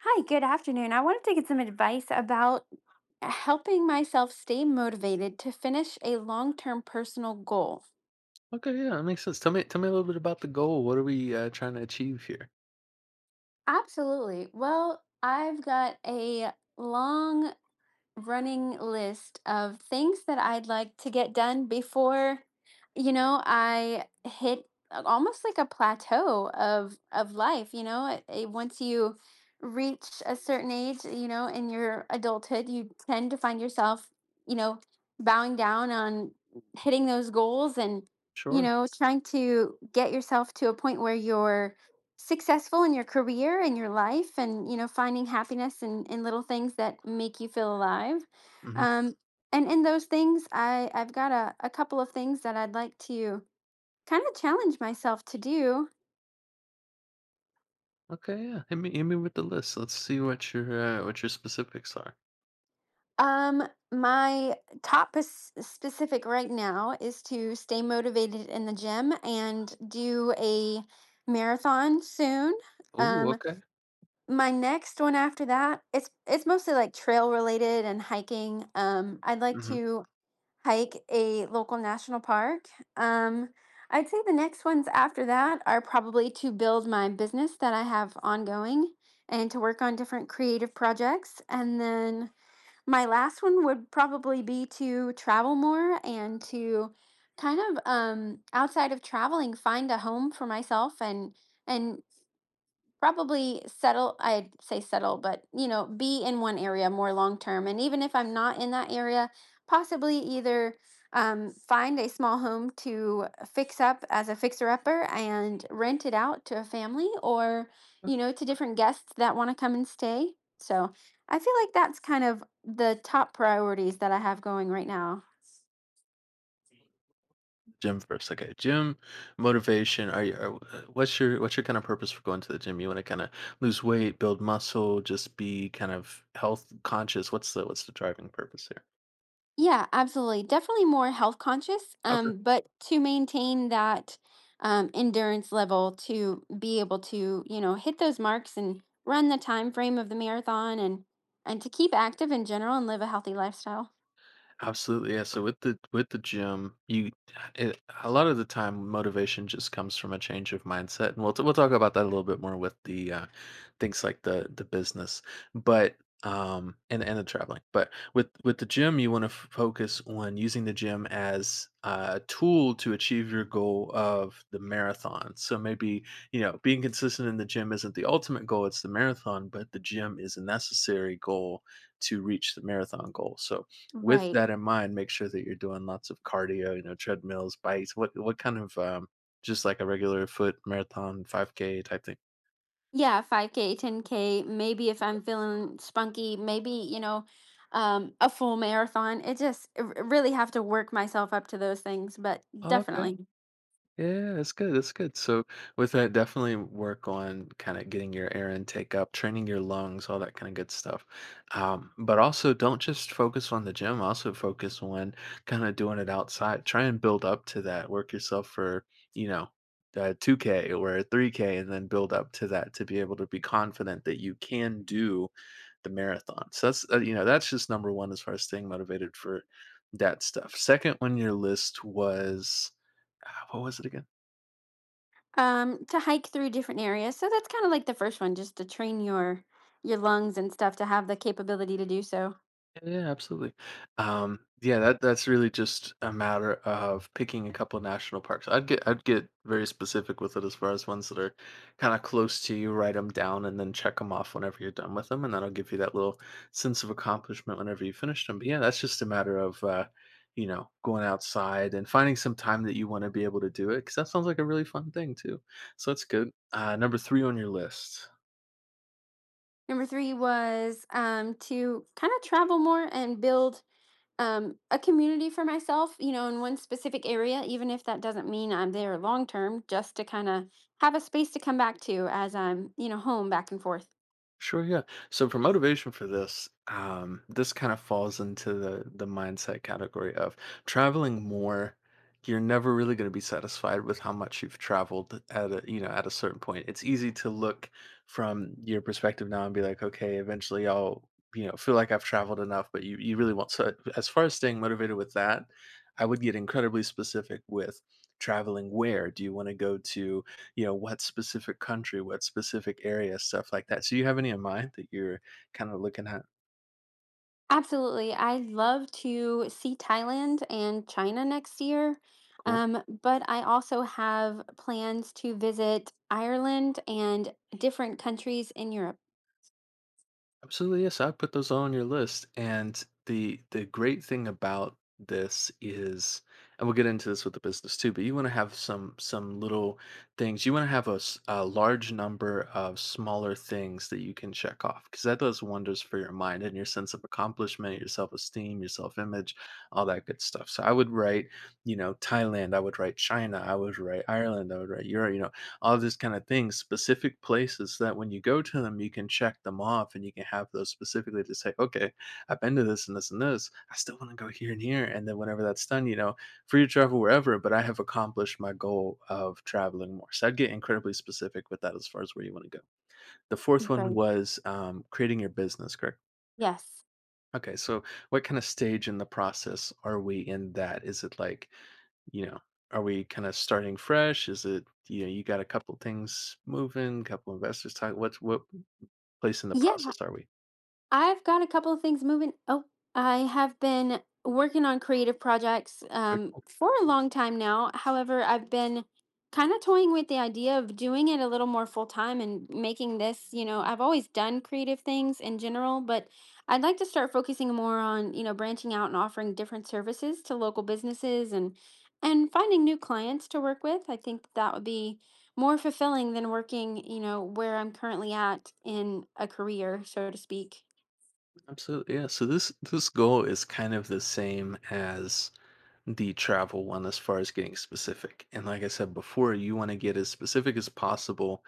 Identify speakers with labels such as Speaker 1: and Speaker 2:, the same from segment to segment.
Speaker 1: Hi, good afternoon. I wanted to get some advice about helping myself stay motivated to finish a long term personal goal.
Speaker 2: Okay, yeah, that makes sense. Tell me a little bit about the goal. What are we, trying to achieve here?
Speaker 1: Absolutely. Well, I've got a long running list of things that I'd like to get done before, I hit almost like a plateau of life, you know, once you reach a certain age, you know, in your adulthood, you tend to find yourself, you know, bowing down on hitting those goals and
Speaker 2: Sure.
Speaker 1: trying to get yourself to a point where you're successful in your career and your life, and you know finding happiness in little things that make you feel alive.
Speaker 2: Mhm.
Speaker 1: um, and in those things I've got a couple of things that I'd like to kind of challenge myself to do.
Speaker 2: Okay, yeah. Hit me with the list. Let's see what your specifics are.
Speaker 1: um my specific right now is to stay motivated in the gym and do a marathon soon.
Speaker 2: Oh,
Speaker 1: um
Speaker 2: okay.
Speaker 1: my next one after that, it's mostly like trail related and hiking. I'd like
Speaker 2: Mhm.
Speaker 1: to hike a local national park. Um, I'd say the next ones after that are probably to build my business that I have ongoing and to work on different creative projects. And then my last one would probably be to travel more and to kind of outside of traveling, find a home for myself, and probably settle. I'd say settle, but you know, be in one area more long term. And even if I'm not in that area, possibly either find a small home to fix up as a fixer upper and rent it out to a family, or you know, to different guests that want to come and stay. So I feel like that's kind of the top priorities that I have going right now.
Speaker 2: Gym first, okay. Gym, motivation, are you are what's your kinda purpose for going to the gym? You wanna kinda lose weight, build muscle, just be kind of health conscious? What's the driving purpose here?
Speaker 1: Yeah, absolutely. Definitely more health conscious,
Speaker 2: Okay.
Speaker 1: but to maintain that endurance level to be able to, you know, hit those marks and run the time frame of the marathon, and to keep active in general and live a healthy lifestyle.
Speaker 2: Absolutely, yeah. So with the gym, a lot of the time motivation just comes from a change of mindset, and we'll talk about that a little bit more with the things like the business, but and the traveling. But with the gym, you want to focus on using the gym as a tool to achieve your goal of the marathon. So maybe, you know, being consistent in the gym isn't the ultimate goal; it's the marathon, but the gym is a necessary goal to reach the marathon goal. So with
Speaker 1: Right.
Speaker 2: that in mind, make sure that you're doing lots of cardio, you know, treadmills, bikes. What kind of, just like a regular foot marathon, 5K type
Speaker 1: Yeah, 5K, 10K, maybe if I'm feeling spunky, maybe, you know, a full marathon. It just, really have to work myself up to those things, but
Speaker 2: thing?
Speaker 1: definitely.
Speaker 2: Yeah, that's good. That's good. So with that, definitely work on kind of getting your air intake up, training your lungs, all that kind of good stuff. But also don't just focus on the gym, also focus on kind of doing it outside. Try and build up to that. Work yourself for, you know, 2K or 3K and then build up to that to be able to be confident that you can do the marathon. So that's, you know, that's just number one as far as staying motivated for that stuff. Second on your list was, what was it again?
Speaker 1: To hike through different areas. So that's kind of like the first one, just to train your lungs and stuff to have the capability to do so.
Speaker 2: Yeah, yeah, absolutely. Yeah, that's really just a matter of picking a couple of national parks. I'd get very specific with it as far as ones that are kind of close to you. Write them down and then check them off whenever you're done with them, and that'll give you that little sense of accomplishment whenever you finish them. But yeah, that's just a matter of you know, going outside and finding some time that you want to be able to do it, because that sounds like a really fun thing too. So that's good. Number three on your list.
Speaker 1: Number three was to kind of travel more and build a community for myself, you know, in one specific area, even if that doesn't mean I'm there long term, just to kind of have a space to come back to as I'm, you know, home back and forth.
Speaker 2: Sure, yeah. So for motivation for this, this kind of falls into the mindset category of traveling more. You're never really going to be satisfied with how much you've traveled at a, you know, at a certain point. It's easy to look from your perspective now and be like, okay, eventually I'll, you know, feel like I've traveled enough, but you really want, so as far as staying motivated with that, I would get incredibly specific with traveling. Where do you want to go to, you know, what specific country, what specific area, stuff like that. So, do you have any in mind that you're kinda looking at?
Speaker 1: Absolutely. I'd love to see Thailand and China next year.
Speaker 2: Cool.
Speaker 1: But I also have plans to visit Ireland and different countries in Europe.
Speaker 2: Absolutely, yes. I put those all on your list. And the great thing about this is, and we'll get into this with the business too, but you want to have some little things. You want to have a, a large number of smaller things that you can check off because that does wonders for your mind and your sense of accomplishment, your self-esteem, your self-image, all that good stuff. So I would write, you know, Thailand, I would write China, I would write Ireland, I would write Europe, you know, all this kind of things, specific places that when you go to them, you can check them off and you can have those specifically to say, okay, I've been to this and this and this. I still want to go here and here. And then whenever that's done, you know, free to travel wherever, but I have accomplished my goal of traveling more. So I'd get incredibly specific with that as far as where you want to go. The fourth one
Speaker 1: Right.
Speaker 2: was, creating your business, correct?
Speaker 1: Yes.
Speaker 2: Okay, so what kind of stage in the process are we in that? Is it like, you know, are we kind of starting fresh? Is it, you know, you got a couple things moving, couple investors talking? What place in the
Speaker 1: Yeah.
Speaker 2: process are we?
Speaker 1: I've got a couple of things moving. Oh, I have been working on creative projects
Speaker 2: Very cool.
Speaker 1: for a long time now. However, I've been kind of toying with the idea of doing it a little more full time and making this, you know, I've always done creative things in general, but I'd like to start focusing more on, you know, branching out and offering different services to local businesses, and finding new clients to work with. I think that would be more fulfilling than working, you know, where I'm currently at in a career, so to speak.
Speaker 2: Absolutely. Yeah. So this goal is kind of the same as the travel one as far as getting specific. And like I said before, you want to get as specific as possible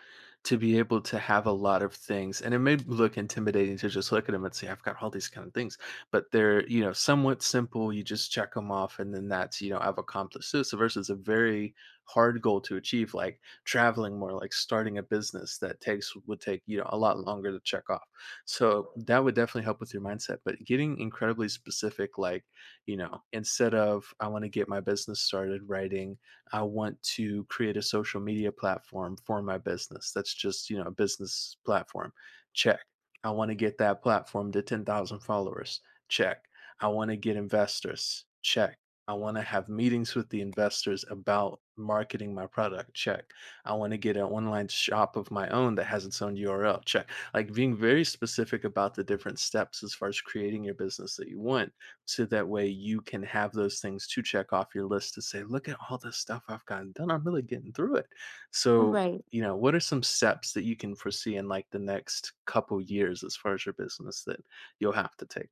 Speaker 2: to be able to have a lot of things. And it may look intimidating to just look at them and say, I've got all these kind of things, but they're, you know, somewhat simple. You just check them off and then that's, you know, I've accomplished this, so versus a very hard goal to achieve, like traveling more, like starting a business that takes, would take, you know, a lot longer to check off. So that would definitely help with your mindset. But getting incredibly specific, like, you know, instead of I want to get my business started, writing, I want to create a social media platform for my business. That's just, you know, a business platform. Check. I want to get that platform to 10,000 followers. Check. I want to get investors. Check. I want to have meetings with the investors about marketing my product. Check. I want to get an online shop of my own that has its own URL. Check. Like being very specific about the different steps as far as creating your business that you want, so that way you can have those things to check off your list to say, look at all this stuff I've gotten done, I'm really getting through it. So,
Speaker 1: Right.
Speaker 2: you know, what are some steps that you can foresee in like the next couple years as far as your business that you'll have to take?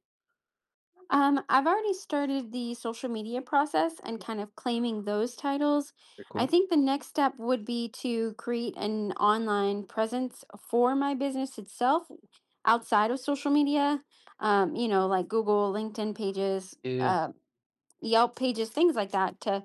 Speaker 1: I've already started the social media process and kind of claiming those titles.
Speaker 2: Very
Speaker 1: I
Speaker 2: cool.
Speaker 1: think the next step would be to create an online presence for my business itself outside of social media. You know, like Google, LinkedIn pages,
Speaker 2: Yeah,
Speaker 1: Yelp pages, things like that, to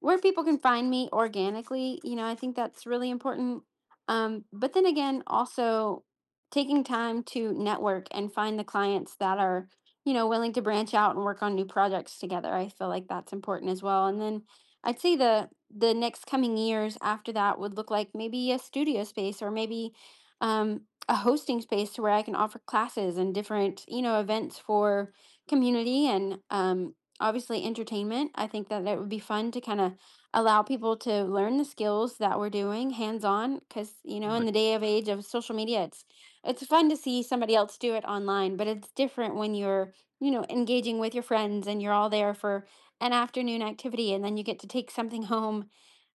Speaker 1: where people can find me organically. You know, I think that's really important. But then again, also taking time to network and find the clients that are, you know, willing to branch out and work on new projects together. I feel like that's important as well. And then I'd say the next coming years after that would look like maybe a studio space, or maybe um, a hosting space to where I can offer classes and different, you know, events for community and obviously entertainment. I think that it would be fun to kind of allow people to learn the skills that we're doing hands on, because you know
Speaker 2: absolutely.
Speaker 1: in the day of age of social media, it's fun to see somebody else do it online, but it's different when you're, you know, engaging with your friends and you're all there for an afternoon activity, and then you get to take something home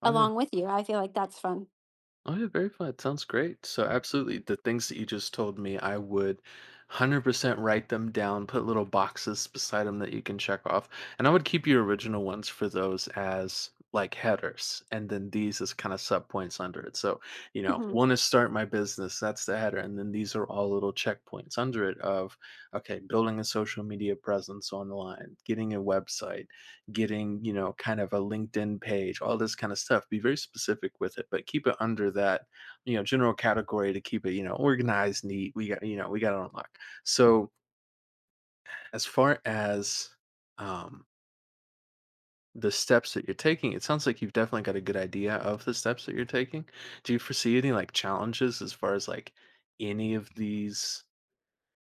Speaker 2: Oh, yeah.
Speaker 1: along with you. I feel like that's fun.
Speaker 2: Oh, yeah, very fun. Sounds great. So, absolutely, the things that you just told me, I would 100% write them down, put little boxes beside them that you can check off. And I would keep your original ones for those as like headers. And then these as kind of sub points under it. So, you know,
Speaker 1: Mhm.
Speaker 2: want to start my business, that's the header. And then these are all little checkpoints under it of, okay, building a social media presence online, getting a website, getting, you know, kind of a LinkedIn page, all this kind of stuff. Be very specific with it, but keep it under that, you know, general category to keep it, you know, organized, neat. We got, you know, we got it on lock. So as far as, um, the steps that you're taking, it sounds like you've definitely got a good idea of the steps that you're taking. Do you foresee any like challenges as far as like any of these,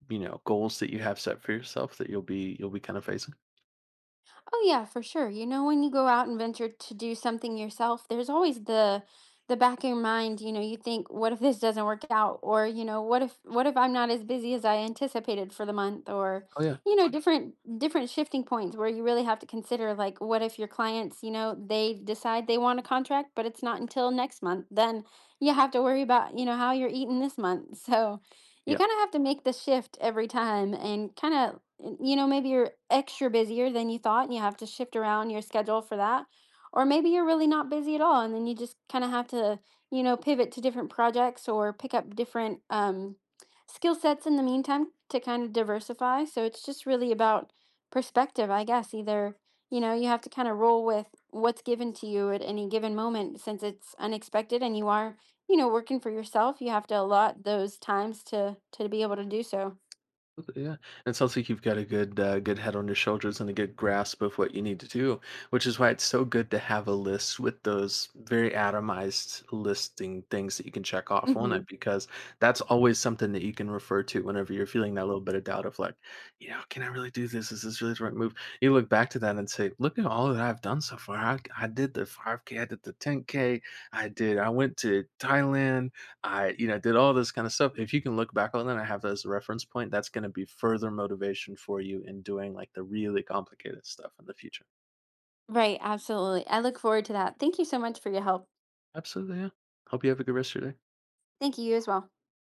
Speaker 2: you know, goals that you have set for yourself that you'll be kind of facing?
Speaker 1: Oh yeah, for sure. You know, when you go out and venture to do something yourself, there's always the back of your mind, you know, you think, what if this doesn't work out? Or, you know, what if I'm not as busy as I anticipated for the month? Or,
Speaker 2: Oh yeah.
Speaker 1: you know, different shifting points where you really have to consider, like, what if your clients, you know, they decide they want a contract, but it's not until next month? Then you have to worry about, you know, how you're eating this month. So you
Speaker 2: Yeah.
Speaker 1: kind of have to make the shift every time, and kind of, you know, maybe you're extra busier than you thought and you have to shift around your schedule for that, or maybe you're really not busy at all, and then you just kind of have to, you know, pivot to different projects or pick up different skill sets in the meantime to kind of diversify. So it's just really about perspective, I guess. Either, you know, you have to kind of roll with what's given to you at any given moment since it's unexpected, and you are, you know, working for yourself, you have to allot those times to be able to do so.
Speaker 2: Yeah, it sounds like you've got a good good head on your shoulders and a good grasp of what you need to do, which is why it's so good to have a list with those very atomized listing things that you can check off on it
Speaker 1: Mhm.
Speaker 2: because that's always something that you can refer to whenever you're feeling that little bit of doubt of like, you know, can I really do this? Is this really the right move? You look back to that and say, look at all that I've done so far. I did the 5K, I did the 10K, I did, I went to Thailand, I, you know, did all this kind of stuff. If you can look back on that and have that as a reference point, that's going to be further motivation for you in doing like the really complicated stuff in the future.
Speaker 1: Right, absolutely. I look forward to that. Thank you so much for your help.
Speaker 2: Absolutely. Yeah. Hope you have a good rest of your day.
Speaker 1: Thank you, you as well.